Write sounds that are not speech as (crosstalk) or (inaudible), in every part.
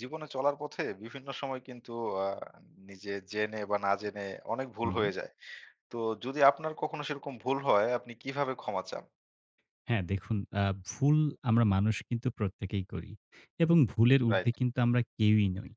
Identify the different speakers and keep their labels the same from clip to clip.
Speaker 1: জীবনে চলার পথে বিভিন্ন সময় কিন্তু আ নিজে জেনে বা না জেনে অনেক ভুল
Speaker 2: হুম।
Speaker 1: হয়ে যায়। তো যদি আপনার কখনো সেরকম ভুল হয় আপনি কিভাবে ক্ষমা চান?
Speaker 2: হ্যাঁ, দেখুন, আ ভুল আমরা মানুষ কিন্তু প্রত্যেকেই করি এবং ভুলের
Speaker 1: রাইট,
Speaker 2: ঊর্ধ্বে কিন্তু আমরা কেউই নই।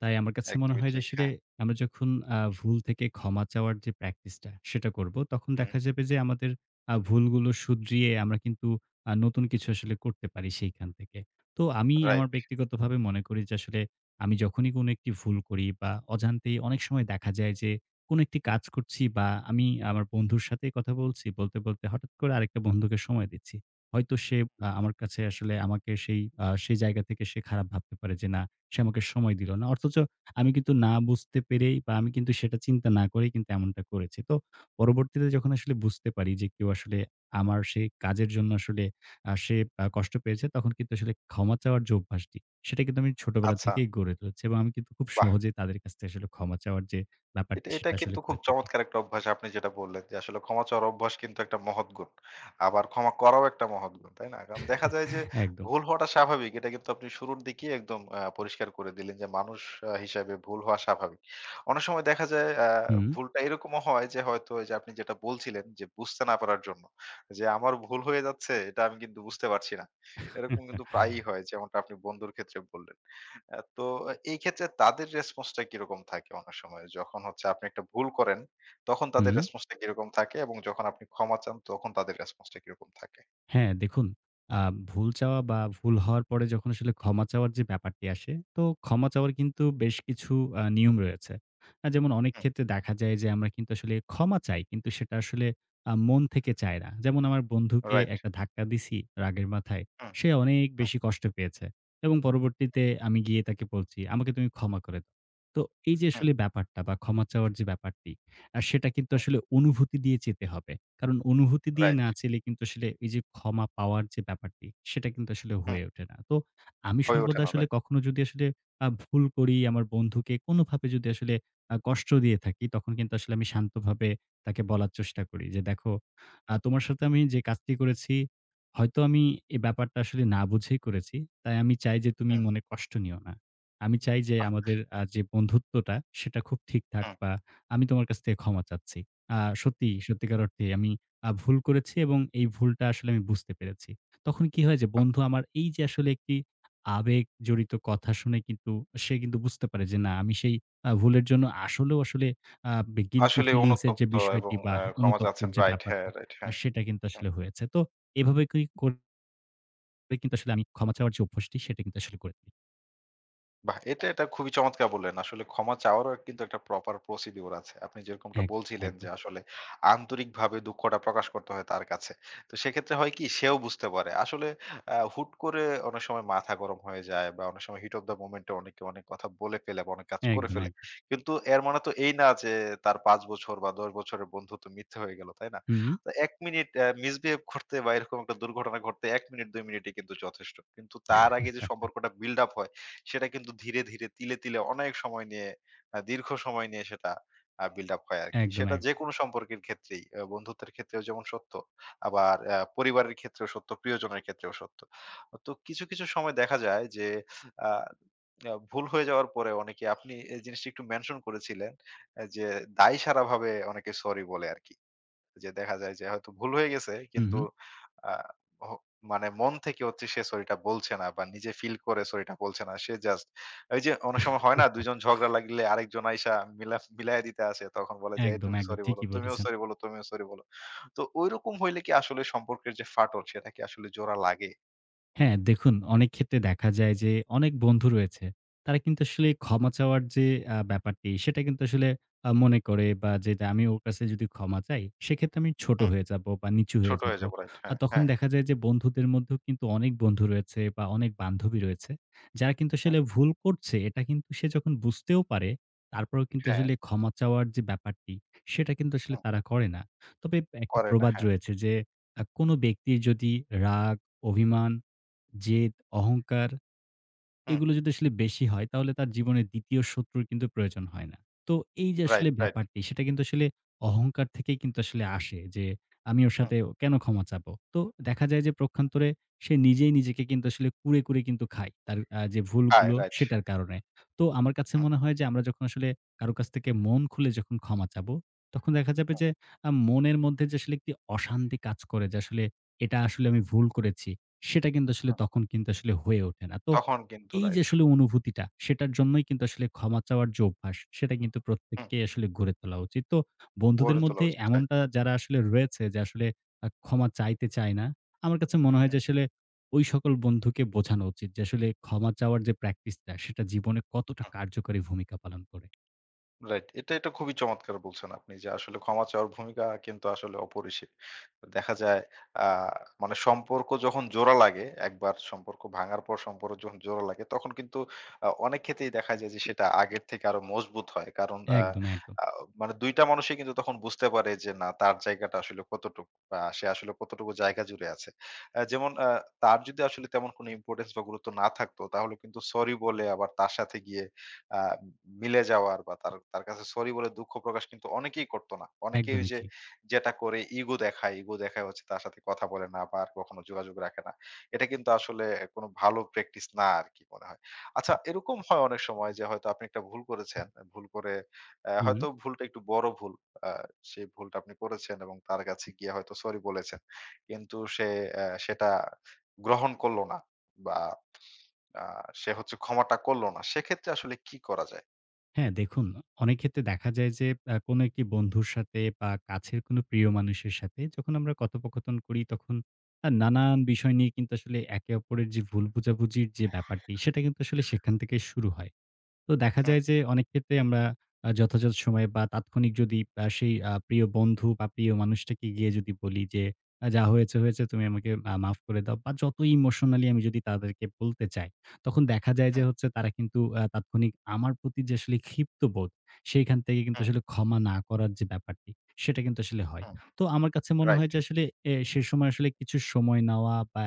Speaker 2: তাই আমার কাছে মনে
Speaker 1: একদমই
Speaker 2: হয় যে
Speaker 1: ঠিক।
Speaker 2: আসলে
Speaker 1: হ্যাঁ,
Speaker 2: আমরা যখন ভুল থেকে ক্ষমা চাওয়ার যে প্র্যাকটিসটা সেটা করব, তখন
Speaker 1: হুম,
Speaker 2: দেখা যাবে যে আমাদের ভুলগুলো শুধরিয়ে আমরা কিন্তু নতুন কিছু আসলে করতে পারি সেইখান থেকে। তো আমি আমার
Speaker 1: রাইট।
Speaker 2: ব্যক্তিগতভাবে মনে করি যে আসলে আমি যখনই কোনো একটি ভুল করি বা অজান্তেই অনেক সময় দেখা যায় যে কোনো একটি কাজ করছি বা আমি আমার বন্ধুর সাথে কথা বলছি। বলতে, বলতে হঠাৎ করে আরেকটা বন্ধুকে সময় দিচ্ছি। হয়তো সে আমার কাছে আসলে আমাকে সেই জায়গা থেকে সে খারাপ ভাবতে পারে যে, "না, সে আমাকে সময় দিল না।" অথচ আমি কিন্তু না বুঝতে পেরেই বা আমি কিন্তু সেটা চিন্তা না করেই কিন্তু এমনটা করেছি। তো পরবর্তীতে যখন আসলে বুঝতে পারি যে, কেউ আসলে আমার সেই কাজের জন্য আসলে আ সে আ কষ্ট পেয়েছে, তখন কিন্তু আসলে ক্ষমা চাওয়ার যে অভ্যাসটি, সেটা কিন্তু আমি ছোটবেলা
Speaker 1: আচ্ছা,
Speaker 2: থেকেই গড়ে তুলেছি এবং আমি কিন্তু খুব
Speaker 1: বাহ!
Speaker 2: সহজেই তাদের কাছ থেকে আসলে ক্ষমা চাওয়ার যে ব্যাপারটি
Speaker 1: এটা এটা
Speaker 2: সেটা আসলে
Speaker 1: কিন্তু খুব
Speaker 2: করে থাকি।
Speaker 1: চমৎকার একটা অভ্যাস আপনি যেটা বললেন যে আসলে ক্ষমা চাওয়ার অভ্যাস কিন্তু একটা মহৎ গুণ। আবার ক্ষমা করাও একটা মহৎ গুণ, তাই না? কারণ দেখা যায় যে
Speaker 2: একদম।
Speaker 1: ভুল হওয়াটা স্বাভাবিক। এটা কিন্তু আপনি শুরুর দিকেই একদম পরিষ্কার করে দিলেন যে মানুষ হিসাবে ভুল হওয়া স্বাভাবিক। অনেক সময় দেখা যায়
Speaker 2: হুম,
Speaker 1: ভুলটা এরকমও হয় যে হয়তো এই যে আপনি যেটা বলছিলেন যে বুঝতে না পারার জন্য। যে আমার ভুল হয়ে যাচ্ছে এটা আমি কিন্তু বুঝতে পারছি না। এরকম কিন্তু প্রায়ই হয় যেমনটা আপনি বন্ধুর ক্ষেত্রে বললেন। তো এই ক্ষেত্রে তাদের রেসপন্সটা কিরকম থাকে অনেক সময়? যখন হচ্ছে আপনি একটা ভুল করেন, তখন তাদের
Speaker 2: হুম।
Speaker 1: রেসপন্সটা কিরকম থাকে এবং যখন আপনি ক্ষমা চান, তখন তাদের রেসপন্সটা কিরকম থাকে?
Speaker 2: হ্যাঁ, দেখুন, আ ভুল চাওয়া বা ভুল হওয়ার পরে যখন আসলে ক্ষমা চাওয়ার যে ব্যাপারটি আসে, তো ক্ষমা চাওয়ার কিন্তু বেশ কিছু নিয়ম রয়েছে। যেমন অনেক
Speaker 1: হুম,
Speaker 2: ক্ষেত্রে দেখা যায় যে আমরা কিন্তু আসলে ক্ষমা চাই কিন্তু সেটা আসলে মন থেকে চায় না। যেমন আমার বন্ধুকে
Speaker 1: রাইট।
Speaker 2: একটা ধাক্কা দিছি রাগের মাথায়।
Speaker 1: হুম,
Speaker 2: সে অনেক
Speaker 1: হুম,
Speaker 2: বেশি কষ্ট পেয়েছে এবং পরবর্তীতে আমি গিয়ে তাকে বলছি, "আমাকে তুমি ক্ষমা করে দাও।" তো এই যে
Speaker 1: হুম,
Speaker 2: আসলে ব্যাপারটা বা ক্ষমা চাওয়ার যে ব্যাপারটি, সেটা কিন্তু
Speaker 1: হুম,
Speaker 2: আসলে অনুভূতি দিয়ে যেতে হবে। কারণ অনুভূতি দিয়ে
Speaker 1: রাইট।
Speaker 2: নাচলে কিন্তু আসলে এই যে ক্ষমা পাওয়ার যে ব্যাপারটি, সেটা কিন্তু আসলে
Speaker 1: হুম,
Speaker 2: হয়ে ওঠে না। তো আমি
Speaker 1: হয়ে ওঠে
Speaker 2: সর্বদা
Speaker 1: না,
Speaker 2: আসলে
Speaker 1: রাইট।
Speaker 2: কখনো যদি আসলে ভুল করি, আমার বন্ধুকে কোনোভাবে যদি আসলে কষ্ট দিয়ে থাকি, তখন কিন্তু আসলে আমি শান্তভাবে তাকে বলার চেষ্টা করি যে, "দেখো,
Speaker 1: হুম,
Speaker 2: তোমার সাথে আমি যে কাজটি করেছি, হয়তো আমি এই ব্যাপারটা আসলে না বুঝেই করেছি। তাই আমি চাই যে তুমি
Speaker 1: হুম,
Speaker 2: মনে কষ্ট নিও না। আমি চাই যে আমাদের যে বন্ধুত্বটা, সেটা খুব ঠিকঠাক
Speaker 1: হুম।
Speaker 2: বা আমি তোমার কাছ থেকে ক্ষমা চাচ্ছি।" আ সত্যি, সত্যিকার অর্থেই আমি ভুল করেছি এবং এই ভুলটা আসলে আমি বুঝতে পেরেছি। তখন কি হয় যে বন্ধু আমার এই যে আসলে একটি আবেগ জড়িত কথা শুনে কিন্তু সে কিন্তু বুঝতে পারে যে না আমি সেই ভুলের জন্য আসলেও আসলে আ বে গিল্টি
Speaker 1: আসলেই
Speaker 2: ফিলিংস এর যে
Speaker 1: অনুতপ্ত এবং
Speaker 2: বিষয়টি বা
Speaker 1: ক্ষমা
Speaker 2: অনুতপ্তর
Speaker 1: চাচ্ছেন।
Speaker 2: যে
Speaker 1: রাইট, হ্যাঁ,
Speaker 2: ব্যাপারটি
Speaker 1: রাইট, হ্যাঁ।
Speaker 2: সেটা কিন্তু
Speaker 1: হুম।
Speaker 2: আসলে হয়েছে। তো এভাবে কি করে কিন্তু আসলে আমি ক্ষমা চাওয়ার যে অভ্যাসটি সেটা কিন্তু আসলে করে থাকি।
Speaker 1: বাহ! এটা খুবই চমৎকার বললেন। আসলে ক্ষমা চাওয়ারও কিন্তু একটা প্রপার প্রসিডিউর আছে। আপনি যেরকমটা
Speaker 2: এক
Speaker 1: বলছিলেন যে
Speaker 2: একদম,
Speaker 1: আসলে আন্তরিকভাবে দুঃখটা প্রকাশ করতে হয় তার কাছে। তো সেক্ষেত্রে হয় কি সেও বুঝতে পারে। আসলে হুট করে অনেক সময় মাথা গরম হয়ে যায় বা অনেক সময় হিট অফ দ্য মোমেন্ট এ অনেকে অনেক কথা বলে ফেলে বা অনেক কাজ করে
Speaker 2: একদম,
Speaker 1: ফেলে।
Speaker 2: একদম।
Speaker 1: কিন্তু এর মানে তো এই না যে তার ৫ বছর বা ১০ বছরের বন্ধুত্ব মিথ্যা হয়ে গেল, তাই না?
Speaker 2: হুম,
Speaker 1: তো ১ মিনিট মিসবিহেভ করতে বা এরকম একটা দুর্ঘটনা ঘটতে ১ মিনিট ২ মিনিটই কিন্তু যথেষ্ট। কিন্তু তার আগে যে সম্পর্কটা বিল্ড আপ হয় সেটা কিন্তু ধীরে, ধীরে তিলে, তিলে অনেক সময় নিয়ে দীর্ঘ সময় নিয়ে সেটা বিল্ড আপ হয় আরকি।
Speaker 2: একদম,
Speaker 1: সেটা
Speaker 2: একদম।
Speaker 1: যেকোনো সম্পর্কের ক্ষেত্রেই বন্ধুত্বের ক্ষেত্রেও যেমন সত্য, আবার পরিবারের ক্ষেত্রেও সত্য, প্রিয়জনের ক্ষেত্রেও সত্য। তো কিছু, কিছু সময় দেখা যায় যে আ আ ভুল হয়ে যাওয়ার পরে অনেকে আপনি এই জিনিসটা একটু মেনশন করেছিলেন, যে দায়সারাভাবে অনেকে সরি বলে আরকি। যে দেখা যায় যে হয়তো ভুল হয়ে গেছে
Speaker 2: হুম,
Speaker 1: কিন্তু
Speaker 2: হুম।
Speaker 1: আহ, হ- মানে মন থেকে হচ্ছে সে সরিটা বলছে না বা নিজে ফিল করে সরিটা বলছে না সে জাস্ট ওই যে অনেক সময় হয় না দুজন ঝগড়া লাগলে আরেকজন আইসা মিলা মিলাই দিতে আসে তখন বলে যে "এই
Speaker 2: একদম,
Speaker 1: তুমি
Speaker 2: একদম।
Speaker 1: সরি বলো
Speaker 2: ঠিকই
Speaker 1: তুমিও
Speaker 2: বলেছেন।
Speaker 1: সরি বলো তুমিও সরি বলো তো ওইরকম হইলে কি আসলে সম্পর্কের যে ফাটল সেটা কি আসলে জোড়া লাগে
Speaker 2: হ্যাঁ, দেখুন, অনেক ক্ষেত্রে দেখা যায় যে অনেক বন্ধু রয়েছে। তারা কিন্তু আসলে ক্ষমা চাওয়ার যে ব্যাপারটি সেটা কিন্তু আসলে মনে করে বা যে আমি ওর কাছে যদি ক্ষমা চাই সেক্ষেত্রে আমি ছোট
Speaker 1: হুম
Speaker 2: হয়ে যাবো বা নিচু হয়ে
Speaker 1: ছোট হয়ে
Speaker 2: যাবো।
Speaker 1: যাবো রাইট
Speaker 2: আর
Speaker 1: হ্যাঁ
Speaker 2: তখন
Speaker 1: হ্যাঁ
Speaker 2: দেখা যায় যে বন্ধুদের মধ্যেও কিন্তু অনেক বন্ধু রয়েছে বা অনেক বান্ধবী রয়েছে। যারা কিন্তু
Speaker 1: হুম,
Speaker 2: আসলে ভুল করছে এটা কিন্তু সে যখন বুঝতেও পারে তারপরেও কিন্তু
Speaker 1: হ্যাঁ
Speaker 2: আসলে ক্ষমা চাওয়ার যে ব্যাপারটি সেটা কিন্তু আসলে
Speaker 1: হুম,
Speaker 2: তারা করে না। তবে একটা
Speaker 1: করে না
Speaker 2: প্রবাদ
Speaker 1: হ্যাঁ
Speaker 2: রয়েছে যে কোনো ব্যক্তির যদি রাগ, অভিমান, জেদ, অহংকার,
Speaker 1: হুম
Speaker 2: এগুলো যদি আসলে বেশি হয়, তাহলে তার জীবনে ২য় শত্রুর কিন্তু প্রয়োজন হয় না। তো এই যে আসলে
Speaker 1: রাইট রাইট
Speaker 2: ব্যাপারটি সেটা কিন্তু আসলে অহংকার থেকেই কিন্তু আসলে আসে যে আমি ওর
Speaker 1: হুম
Speaker 2: সাথে কেন ক্ষমা চাবো? তো দেখা যায় যে প্রক্ষান্তরে সে নিজেই নিজেকে কিন্তু আসলে কুরে, কুরে কিন্তু খায়, তার যে
Speaker 1: আয়
Speaker 2: ভুলগুলো
Speaker 1: রাইট
Speaker 2: সেটার কারণে। তো আমার কাছে
Speaker 1: হুম
Speaker 2: মনে হয় যে আমরা যখন আসলে কারো কাছ থেকে মন খুলে যখন ক্ষমা চাবো, তখন দেখা যাবে
Speaker 1: হুম,
Speaker 2: যে মনের মধ্যে যে আসলে একটি অশান্তি কাজ করে যে আসলে এটা আসলে আমি ভুল করেছি সেটা কিন্তু আসলে
Speaker 1: হুম,
Speaker 2: তখন কিন্তু আসলে হয়ে ওঠে না। তো
Speaker 1: তখন কিন্তু
Speaker 2: এই যে
Speaker 1: রাইট
Speaker 2: আসলে অনুভূতিটা, সেটার জন্যই কিন্তু আসলে ক্ষমা চাওয়ার যে অভ্যাস, সেটা কিন্তু
Speaker 1: হুম
Speaker 2: প্রত্যেককেই আসলে গড়ে তোলা উচিত। তো বন্ধুদের
Speaker 1: গড়ে তোলা
Speaker 2: মধ্যে
Speaker 1: উচিত রাইট
Speaker 2: এমনটা যারা আসলে রয়েছে যে আসলে ক্ষমা চাইতে চায় না, আমার কাছে মনে হয় যে আসলে ওই সকল বন্ধুকে বোঝানো উচিত যে আসলে ক্ষমা চাওয়ার যে প্র্যাকটিসটা, সেটা জীবনে কতটা
Speaker 1: হুম,
Speaker 2: কার্যকরী ভূমিকা পালন করে।
Speaker 1: রাইট। এটা খুবই চমৎকার বলছেন আপনি যে আসলে ক্ষমা চাওয়ার ভূমিকা কিন্তু আসলে অপরিসীম। দেখা যায় আ মানে সম্পর্ক যখন জোড়া লাগে, একবার সম্পর্ক ভাঙার পর সম্পর্ক যখন জোড়া লাগে তখন কিন্তু অনেক ক্ষেত্রেই দেখা যায় যে সেটা আগের থেকে আরো মজবুত হয়। কারণ আ
Speaker 2: একদম, একদম।
Speaker 1: আ মানে ২ টা মানুষই কিন্তু তখন বুঝতে পারে যে না তার জায়গাটা আসলে কতটুকু বা সে আসলে কতটুকু জায়গা জুড়ে আছে। যেমন তার যদি আসলে তেমন কোনো ইম্পোর্টেন্স বা গুরুত্ব না থাকতো তাহলে কিন্তু সরি বলে আবার তার সাথে গিয়ে আ মিলে যাওয়ার বা তার তার কাছে সরি বলে দুঃখ প্রকাশ কিন্তু অনেকেই করতো না। অনেকেই ওই
Speaker 2: একদমই
Speaker 1: যে
Speaker 2: ঠিক।
Speaker 1: যেটা করে ইগো দেখায় হচ্ছে তার সাথে কথা বলে না বা আর কখনো যোগাযোগ রাখে না। এটা কিন্তু আসলে কোন ভালো প্র্যাকটিস না আরকি মনে হয়। আচ্ছা এরকম হয় অনেক সময় যে হয়তো আপনি একটা ভুল করেছেন। ভুল করে
Speaker 2: হুম।
Speaker 1: হয়তো ভুলটা একটু বড় ভুল। আ সেই ভুলটা আপনি করেছেন এবং তার কাছে গিয়ে হয়তো সরি বলেছেন। কিন্তু সে সেটা গ্রহণ করল না বা আ সে হচ্ছে ক্ষমাটা করল না। সেক্ষেত্রে আসলে কি করা যায়?
Speaker 2: হ্যাঁ, দেখুন, অনেক ক্ষেত্রে দেখা যায় যে কোনো একটি বন্ধুর সাথে বা কাছের কোনো প্রিয় মানুষের সাথে যখন আমরা কথোপকথন করি তখন নানান বিষয় নিয়ে কিন্তু আসলে একে অপরের যে ভুল বোঝাবুঝির যে ব্যাপারটি সেটা কিন্তু আসলে সেখান থেকে শুরু হয়। তো দেখা যায় যে অনেক ক্ষেত্রে আমরা যথাযথ সময়ে বা তাৎক্ষণিক যদি আ সেই আ প্রিয় বন্ধু বা প্রিয় মানুষটাকে গিয়ে যদি বলি যে, "যা হয়েছে, হয়েছে, তুমি আমাকে মাফ করে দাও," বা যত ইমোশনালি আমি যদি তাদেরকে বলতে চাই, তখন দেখা যায় যে
Speaker 1: হুম,
Speaker 2: হচ্ছে তারা কিন্তু তাৎক্ষণিক আমার প্রতি যে আসলে ক্ষিপ্ত বোধ, সেইখান থেকে কিন্তু
Speaker 1: হুম,
Speaker 2: আসলে ক্ষমা না করার যে ব্যাপারটি, সেটা কিন্তু আসলে হয়।
Speaker 1: হুম।
Speaker 2: তো আমার কাছে মনে
Speaker 1: রাইট,
Speaker 2: হয় যে আসলে এ সে সময় আসলে কিছু সময় নেওয়া বা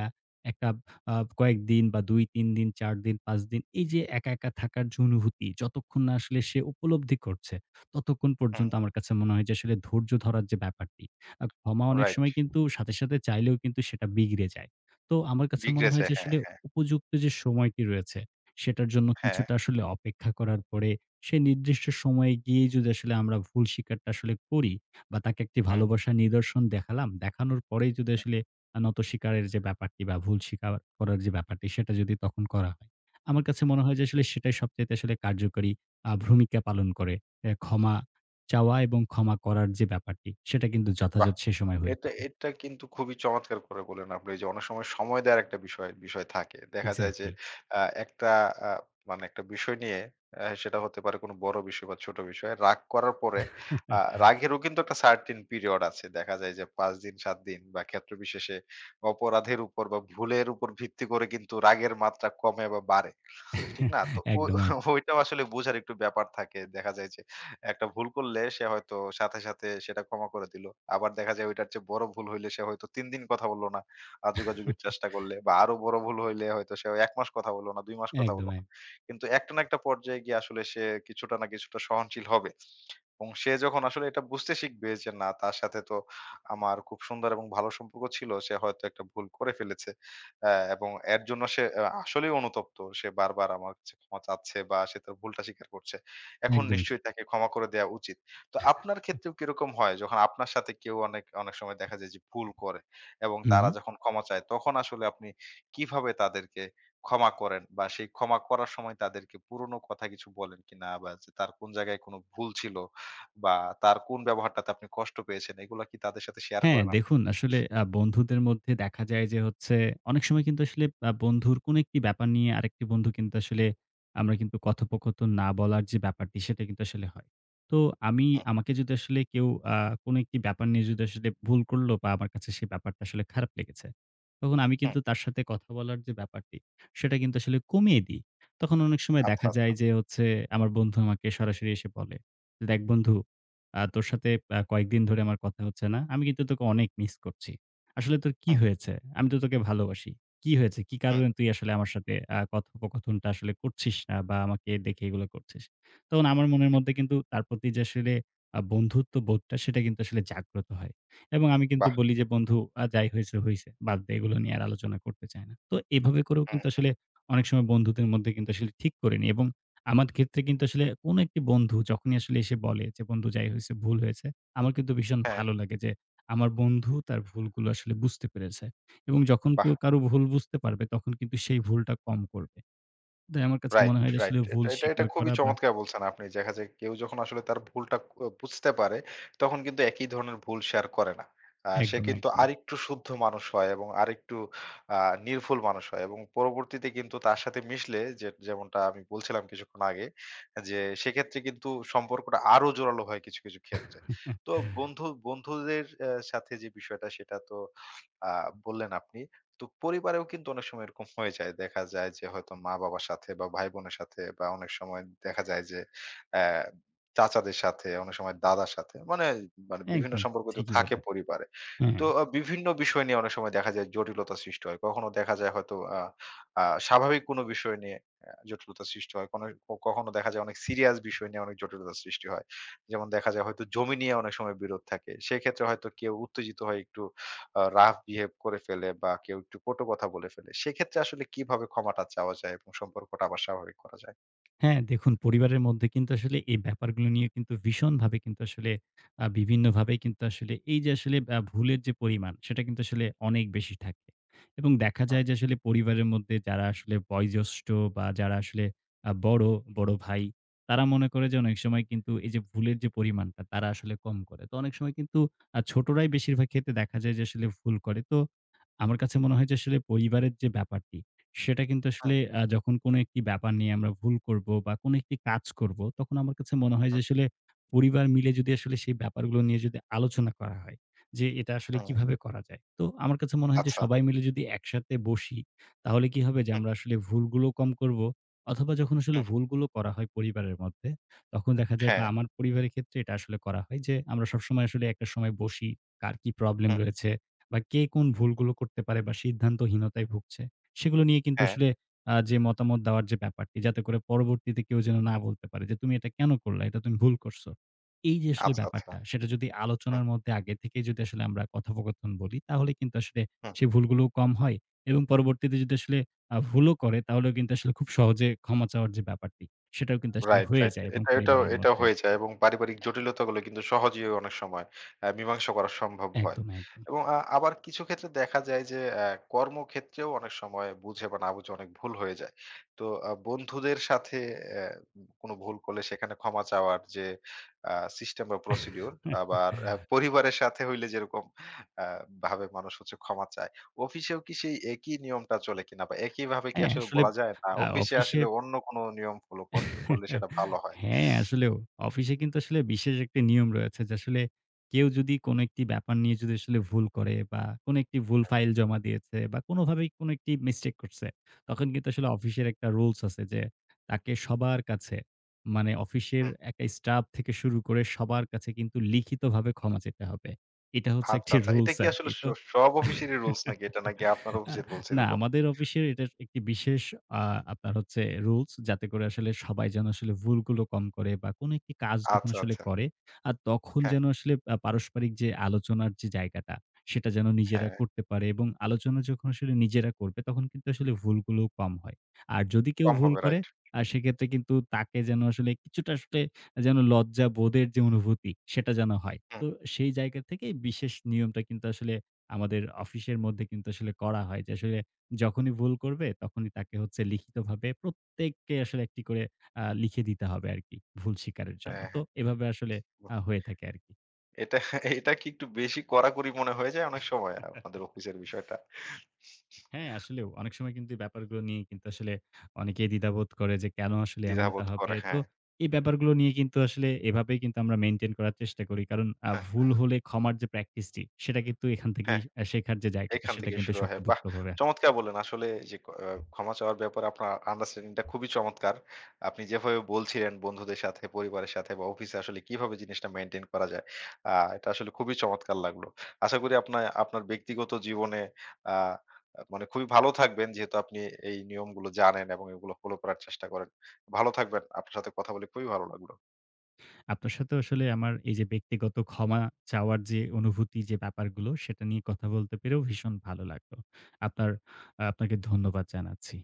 Speaker 2: একটা আ কয়েকদিন বা ২, ৩ দিন, ৪ দিন, ৫ দিন, এই যে একা, একা থাকার যে অনুভূতি যতক্ষণ না আসলে সে উপলব্ধি করছে, ততক্ষণ
Speaker 1: হুম,
Speaker 2: পর্যন্ত আমার কাছে মনে হয় যে আসলে ধৈর্য ধরার যে ব্যাপারটি, ক্ষমা অনেক
Speaker 1: রাইট।
Speaker 2: সময় কিন্তু সাথে, সাথে চাইলেও কিন্তু সেটা বিগড়ে যায়। তো আমার কাছে মনে হয়
Speaker 1: বিগড়েছে।
Speaker 2: যে আসলে
Speaker 1: হ্যাঁ,
Speaker 2: উপযুক্ত যে সময়টি রয়েছে, সেটার জন্য
Speaker 1: হ্যাঁ।
Speaker 2: কিছুটা আসলে অপেক্ষা করার পরে সে নির্দিষ্ট সময়ে গিয়ে যদি আসলে আমরা ভুল স্বীকারটা আসলে করি বা তাকে একটি
Speaker 1: হুম।
Speaker 2: ভালোবাসার নিদর্শন দেখানোর পরেই যদি আসলে নত স্বীকারের যে ব্যাপারটি বা ভুল স্বীকার করার যে ব্যাপারটি সেটা যদি তখন করা হয়, আমার কাছে মনে হয় যে আসলে সেটাই সবচাইতে আসলে কার্যকরী ভূমিকা পালন করে। ক্ষমা চাওয়া এবং ক্ষমা করার যে ব্যাপারটি সেটা কিন্তু
Speaker 1: বাহ!
Speaker 2: যথাযথ সে সময় হয়ে
Speaker 1: এটা
Speaker 2: থাকে।
Speaker 1: এটা কিন্তু খুবই চমৎকার করে বললেন আপনি যে অনেক সময় সময় দেওয়ার একটা বিষয় বিষয় থাকে। দেখা যায় যে
Speaker 2: এক্সাক্টলি।
Speaker 1: একটা আ মানে একটা বিষয় নিয়ে সেটা হতে পারে কোনো বড় বিষয় বা ছোট বিষয়। রাগ করার পরে আ
Speaker 2: (laughs)
Speaker 1: রাগেরও কিন্তু একটা certain period আছে। দেখা যায় যে ৫ দিন ৭ দিন বা ক্ষেত্র বিশেষে অপরাধের উপর বা ভুলের উপর ভিত্তি করে কিন্তু রাগের মাত্রা কমে বা বাড়ে।
Speaker 2: একদম,
Speaker 1: ঠিক না? তো ও
Speaker 2: একদম,
Speaker 1: (laughs) ওইটাও আসলে বোঝার একটু ব্যাপার থাকে। দেখা যায় যে একটা ভুল করলে সে হয়তো সাথে, সাথে সেটা ক্ষমা করে দিল। আবার দেখা যায় ওইটার চেয়ে বড় ভুল হইলে সে হয়তো ৩ দিন কথা বলল না। যোগাযোগের চেষ্টা করলে বা আরো বড় ভুল হইলে হয়তো সে ১ মাস কথা বলল না, ২ মাস কথা বলল
Speaker 2: একদম,
Speaker 1: না। কিন্তু একটা না একটা পর্যায়ে গিয়ে আসলে সে কিছুটা না কিছুটা সহনশীল হবে। এবং সে যখন আসলে এটা বুঝতে শিখবে যে না তার সাথে তো আমার খুব সুন্দর এবং ভালো সম্পর্ক ছিল। সে হয়তো একটা ভুল করে ফেলেছে। হ্যাঁ, এবং এর জন্য সে আসলেই অনুতপ্ত। সে বারবার আমার কাছে ক্ষমা চাচ্ছে বা সে তার ভুলটা স্বীকার করছে। এখন
Speaker 2: একদমই
Speaker 1: নিশ্চয়ই
Speaker 2: ঠিক।
Speaker 1: তাকে ক্ষমা করে দেয়া উচিত। তো আপনার ক্ষেত্রেও কি এরকম হয়? যখন আপনার সাথে কেউ অনেক, অনেক সময় দেখা যায় যে ভুল করে এবং
Speaker 2: হুম।
Speaker 1: তারা যখন ক্ষমা চায় তখন আসলে আপনি কিভাবে তাদেরকে ক্ষমা করেন? বা সেই ক্ষমা করার সময় তাদেরকে পুরনো কথা কিছু বলেন কিনা? বা যে তার কোন জায়গায় কোন ভুল ছিল বা তার কোন ব্যবহারটাতে আপনি কষ্ট পেয়েছেন এগুলা কি তাদের সাথে শেয়ার
Speaker 2: হ্যাঁ,
Speaker 1: করেন আপনি?
Speaker 2: দেখুন, আসলে বন্ধুদের মধ্যে দেখা যায় যে হচ্ছে অনেক সময় কিন্তু আসলে বন্ধুর কোনো একটি ব্যাপার নিয়ে আরেকটি বন্ধু কিন্তু আসলে আমরা কিন্তু কথোপকথন না বলার যে ব্যাপারটি সেটা কিন্তু আসলে হয়। তো আমি
Speaker 1: হুম,
Speaker 2: আমাকে যদি আসলে কেউ আ কোনো একটি ব্যাপার নিয়ে যদি আসলে ভুল করল বা আমার কাছে সেই ব্যাপারটা আসলে খারাপ লেগেছে। তখন আমি
Speaker 1: হুম।
Speaker 2: কিন্তু তার সাথে কথা বলার যে ব্যাপারটি সেটা কিন্তু আসলে কমিয়ে দিই। তখন অনেক সময়
Speaker 1: আচ্ছা,
Speaker 2: দেখা
Speaker 1: আচ্ছা।
Speaker 2: যায় যে হচ্ছে আমার বন্ধু আমাকে সরাসরি এসে বলে, যে, "দেখ বন্ধু, তোর সাথে কয়েকদিন ধরে আমার কথা হচ্ছে না। আমি কিন্তু তোকে অনেক মিস করছি। আসলে তোর কি
Speaker 1: হুম,
Speaker 2: হয়েছে? আমি তো তোকে ভালোবাসি। কি হয়েছে? কি
Speaker 1: হুম,
Speaker 2: কারণে তুই আসলে আমার সাথে কথোপকথনটা আসলে করছিস না বা আমাকে দেখে এগুলো করছিস?" তখন আমার মনের
Speaker 1: হুম।
Speaker 2: মধ্যে কিন্তু তার প্রতি যে আসলে বন্ধুত্ব বোধটা সেটা কিন্তু আসলে জাগ্রত হয়। এবং আমি কিন্তু
Speaker 1: বাহ!
Speaker 2: বলি যে, "বন্ধু, যাই হয়েছে, হইছে। বাদ দে, এগুলো নিয়ে আর আলোচনা করতে চাই না।" তো এভাবে করেও কিন্তু
Speaker 1: হুম,
Speaker 2: আসলে অনেক সময় বন্ধুদের মধ্যে কিন্তু আসলে ঠিক করে নিই এবং আমার ক্ষেত্রে কিন্তু আসলে কোনো একটি বন্ধু যখনই আসলে এসে বলে যে, "বন্ধু, যাই হইছে ভুল হয়েছে," আমার কিন্তু ভীষণ
Speaker 1: হ্যাঁ,
Speaker 2: ভালো লাগে যে, আমার বন্ধু তার ভুলগুলো আসলে বুঝতে পেরেছে। এবং যখন
Speaker 1: বাহ!
Speaker 2: কেউ কারো ভুল বুঝতে পারবে তখন কিন্তু সেই ভুলটা কম করবে। তাই আমার কাছে
Speaker 1: রাইট,
Speaker 2: মনে হয় যে
Speaker 1: রাইট।
Speaker 2: আসলে ভুল
Speaker 1: এটা এটা এটা
Speaker 2: স্বীকার
Speaker 1: খুবই
Speaker 2: করা বা
Speaker 1: চমৎকার বলছেন আপনি। দেখা যায় কেউ যখন আসলে তার ভুলটা বুঝতে পারে, তখন কিন্তু একই ধরনের ভুল সে আর করে না। সে
Speaker 2: একদম,
Speaker 1: কিন্তু
Speaker 2: একদমই।
Speaker 1: আরেকটু শুদ্ধ মানুষ হয় এবং আরেকটু আ নির্ভুল মানুষ হয় এবং পরবর্তীতে কিন্তু তার সাথে মিশলে যে যেমনটা আমি বলছিলাম কিছুক্ষণ আগে, যে সেক্ষেত্রে কিন্তু সম্পর্কটা আরো জোরালো হয় কিছু, কিছু ক্ষেত্রে। তো বন্ধু বন্ধুদের সাথে যে বিষয়টা সেটা তো আ বললেন আপনি। তো পরিবারেও কিন্তু অনেক সময় এরকম হয়ে যায়। দেখা যায় যে হয়তো মা-বাবার সাথে বা ভাই-বোনের সাথে বা অনেক সময় দেখা যায় যে অ্যা চাচাদের সাথে, অনেক সময় দাদার সাথে মানে, মানে বিভিন্ন
Speaker 2: একদম
Speaker 1: সম্পর্ক তো
Speaker 2: ঠিকই
Speaker 1: থাকে
Speaker 2: বললেন।
Speaker 1: পরিবারে।
Speaker 2: হ্যাঁ।
Speaker 1: তো
Speaker 2: হ্যাঁ।
Speaker 1: বিভিন্ন বিষয় নিয়ে অনেক সময় দেখা যায় জটিলতা সৃষ্টি হয়। কখনো দেখা যায় হয়তো আ আ স্বাভাবিক কোনো বিষয় নিয়ে জটিলতা সৃষ্টি হয়। কখনো দেখা যায় অনেক সিরিয়াস বিষয় নিয়ে অনেক জটিলতা সৃষ্টি হয়। যেমন দেখা যায় হয়তো জমি নিয়ে অনেক সময় বিরোধ থাকে। সেক্ষেত্রে হয়তো কেউ উত্তেজিত হয় একটু রাফ বিহেভ করে ফেলে বা কেউ একটু কটু কথা বলে ফেলে সেক্ষেত্রে আসলে কিভাবে ক্ষমাটা চাওয়া যায় এবং সম্পর্কটা আবার স্বাভাবিক করা যায়?
Speaker 2: হ্যাঁ, দেখুন, পরিবারের মধ্যে কিন্তু আসলে এই ব্যাপারগুলো নিয়ে কিন্তু ভীষণভাবে কিন্তু আসলে বিভিন্নভাবে কিন্তু আসলে এই যে আসলে ভুলের যে পরিমাণ সেটা কিন্তু আসলে অনেক বেশি থাকে। এবং দেখা
Speaker 1: হুম,
Speaker 2: যায় যে আসলে পরিবারের মধ্যে যারা আসলে বয়োজ্যেষ্ঠ বা যারা আসলে বড়, বড় ভাই, তারা মনে করে যে অনেক সময় কিন্তু এই যে ভুলের যে পরিমাণটা তারা আসলে কম করে। তো অনেক সময় কিন্তু ছোটরাই বেশিরভাগ ক্ষেত্রে দেখা যায় যে আসলে ভুল করে। তো আমার কাছে মনে হয় যে আসলে পরিবারের যে ব্যাপারটি, সেটা কিন্তু
Speaker 1: হুম,
Speaker 2: আসলে যখন কোনো একটি ব্যাপার নিয়ে আমরা ভুল করব বা কোনো একটি কাজ করব, তখন আমার কাছে মনে হয় যে
Speaker 1: হুম,
Speaker 2: আসলে পরিবার মিলে যদি আসলে সেই ব্যাপারগুলো নিয়ে যদি আলোচনা করা হয়, যে এটা আসলে
Speaker 1: হুম।
Speaker 2: কিভাবে করা যায়। তো আমার কাছে মনে হয় যে
Speaker 1: আচ্ছা।
Speaker 2: সবাই মিলে যদি একসাথে বসি, তাহলে কি হবে যে
Speaker 1: হুম,
Speaker 2: আমরা আসলে ভুলগুলো কম করব অথবা যখন আসলে
Speaker 1: হুম।
Speaker 2: ভুলগুলো করা হয় পরিবারের মধ্যে, তখন দেখা যায় বা
Speaker 1: হ্যাঁ,
Speaker 2: আমার পরিবারের ক্ষেত্রে এটা আসলে করা হয় যে আমরা সবসময় আসলে একটা সময় বসি, কার কি প্রবলেম
Speaker 1: হুম,
Speaker 2: রয়েছে বা কে কোন ভুলগুলো করতে পারে বা সিদ্ধান্তহীনতায় ভুগছে। সেগুলো নিয়ে কিন্তু
Speaker 1: হ্যাঁ।
Speaker 2: আসলে যে মতামত দেওয়ার যে ব্যাপারটি, যাতে করে পরবর্তীতে কেউ যেন না বলতে পারে যে, "তুমি এটা কেন করলা? এটা তুমি ভুল করছো।" এই যে আসলে
Speaker 1: আচ্ছা, আচ্ছা।
Speaker 2: ব্যাপারটা, সেটা যদি
Speaker 1: হুম,
Speaker 2: আলোচনার মধ্যে আগে থেকেই যদি আসলে আমরা কথোপকথন বলি, তাহলে কিন্তু আসলে
Speaker 1: হুম।
Speaker 2: সে ভুলগুলোও কম হয় এবং পরবর্তীতে যদি আসলে ভুলও করে, তাহলেও কিন্তু আসলে খুব সহজে ক্ষমা চাওয়ার যে ব্যাপারটি, সেটাও কিন্তু আসলে
Speaker 1: রাইট,
Speaker 2: হয়ে
Speaker 1: রাইট।
Speaker 2: যায় এবং
Speaker 1: এটা এটাও
Speaker 2: পরিবারের
Speaker 1: এটা
Speaker 2: মধ্যে
Speaker 1: হয়ে
Speaker 2: আরকি।
Speaker 1: যায় এবং পারিবারিক জটিলতাগুলো কিন্তু সহজেই অনেক সময় মীমাংসা করা সম্ভব হয়।
Speaker 2: একদম, একদম।
Speaker 1: এবং আবার কিছু ক্ষেত্রে দেখা যায় যে কর্মক্ষেত্রেও অনেক সময় বুঝে বা না বুঝে অনেক ভুল হয়ে যায়। তো বন্ধুদের সাথে অ্যা কোনো ভুল করলে সেখানে ক্ষমা চাওয়ার যে আ সিস্টেম বা প্রসিডিউর আবার
Speaker 2: (laughs)
Speaker 1: পরিবারের সাথে হইলে যেরকম আ ভাবে মানুষ হচ্ছে ক্ষমা চায়। অফিসেও কি সেই একই নিয়মটা চলে কিনা বা একইভাবে কি
Speaker 2: হ্যাঁ,
Speaker 1: আসলে
Speaker 2: আসলে
Speaker 1: বলা যায় না
Speaker 2: আ
Speaker 1: অফিসে
Speaker 2: অফিসে
Speaker 1: আসলে অন্য কোনো নিয়ম ফলো করলে করলে সেটা ভালো হয়?
Speaker 2: হ্যাঁ, আসলেও অফিসে কিন্তু আসলে বিশেষ একটা নিয়ম রয়েছে যে আসলে কেউ যদি কোনো একটি ব্যাপার নিয়ে যদি আসলে ভুল করে বা কোনো একটি ভুল
Speaker 1: হ্যাঁ,
Speaker 2: ফাইল জমা দিয়েছে বা কোনোভাবেই কোনো একটি মিস্টেক করছে, তখন কিন্তু আসলে অফিসের একটা রুলস আছে যে তাকে সবার কাছে, মানে অফিসের
Speaker 1: হুম।
Speaker 2: একটা স্টাফ থেকে শুরু করে সবার কাছে, কিন্তু লিখিতভাবে ক্ষমা চেতে হবে। এটা হচ্ছে
Speaker 1: আচ্ছা,
Speaker 2: একটি
Speaker 1: আচ্ছা। এটা
Speaker 2: রুলস
Speaker 1: কি আসলে
Speaker 2: আরকি। তো
Speaker 1: সব অফিসেরই রুলস নাকি এটা
Speaker 2: (laughs)
Speaker 1: নাকি আপনার অফিসের রুলস
Speaker 2: না,
Speaker 1: এরকম?
Speaker 2: আমাদের অফিসের এটার একটি বিশেষ আ আপনার হচ্ছে রুলস, যাতে করে আসলে সবাই যেন আসলে ভুলগুলো কম করে বা কোন একটি কাজ যখন
Speaker 1: আচ্ছা,
Speaker 2: আসলে
Speaker 1: আচ্ছা।
Speaker 2: করে, আর তখন
Speaker 1: হ্যাঁ,
Speaker 2: যেন আসলে পারস্পরিক যে আলোচনার যে জায়গাটা, সেটা যেন নিজেরা
Speaker 1: হ্যাঁ।
Speaker 2: করতে পারে এবং আলোচনা যখন আসলে নিজেরা করবে তখন কিন্তু আসলে ভুলগুলো কম হয়। আর যদি কেউ
Speaker 1: কম
Speaker 2: ভুল
Speaker 1: হবে
Speaker 2: করে,
Speaker 1: রাইট।
Speaker 2: সেক্ষেত্রে কিন্তু তাকে যেন আসলে কিছুটা আসলে যেন লজ্জা বোধের যে অনুভূতি সেটা যেন হয়।
Speaker 1: হুম।
Speaker 2: তো সেই জায়গা থেকে বিশেষ নিয়মটা কিন্তু আসলে আমাদের অফিসের মধ্যে কিন্তু আসলে করা হয় যে আসলে যখনই ভুল করবে তখনই তাকে হচ্ছে লিখিতভাবে প্রত্যেককে আসলে একটি করে লিখে দিতে হবে আরকি ভুল স্বীকারের জন্য।
Speaker 1: হ্যাঁ,
Speaker 2: তো
Speaker 1: হ্যাঁ।
Speaker 2: এভাবে আসলে
Speaker 1: বাহ!
Speaker 2: হয়ে থাকে আরকি।
Speaker 1: এটা এটা কি একটু বেশি কড়াকড়ি মনে হয়ে যায় অনেক সময় আপনাদের অফিসের বিষয়টা?
Speaker 2: হ্যাঁ, আসলেও অনেক সময় কিন্তু এই ব্যাপারগুলো নিয়ে কিন্তু আসলে অনেকেই দ্বিধাবোধ করে যে কেন আসলে এমনটা
Speaker 1: দ্বিধাবোধ
Speaker 2: হবে?
Speaker 1: করে।
Speaker 2: তো
Speaker 1: হ্যাঁ।
Speaker 2: এই ব্যাপারগুলো নিয়ে কিন্তু আসলে এভাবেই কিন্তু আমরা মেইনটেইন করার চেষ্টা করি। কারণ
Speaker 1: হ্যাঁ,
Speaker 2: ভুল হলে ক্ষমার যে প্র্যাকটিসটি সেটা কিন্তু এখান থেকেই
Speaker 1: হ্যাঁ।
Speaker 2: শেখার যে জায়গাটা
Speaker 1: এখান
Speaker 2: সেটা
Speaker 1: থেকে
Speaker 2: কিন্তু
Speaker 1: শুরু হয়। বাহ!
Speaker 2: শক্তপোক্তভাবে
Speaker 1: চমৎকার বললেন। আসলে যে ক আ ক্ষমা চাওয়ার ব্যাপারে আপনার আন্ডারস্ট্যান্ডিং টা খুবই চমৎকার। আপনি যেভাবে বলছিলেন বন্ধুদের সাথে, পরিবারের সাথে বা অফিসে আসলে কিভাবে জিনিসটা মেইনটেইন করা যায়। এটা আসলে খুবই চমৎকার লাগলো। আশা করি আপনার ব্যক্তিগত জীবনে আ মানে খুবই ভালো থাকবেন যেহেতু আপনি এই নিয়মগুলো জানেন এবং এগুলো ফলো করার চেষ্টা করেন। ভালো থাকবেন। আপনার সাথে কথা বলে খুবই ভালো লাগলো।
Speaker 2: আপনার সাথে আসলে আমার এই যে ব্যক্তিগত ক্ষমা চাওয়ার যে অনুভূতি যে ব্যাপারগুলো সেটা নিয়ে কথা বলতে পেরেও ভীষণ ভালো লাগলো। আপনার আ আপনাকে ধন্যবাদ জানাচ্ছি।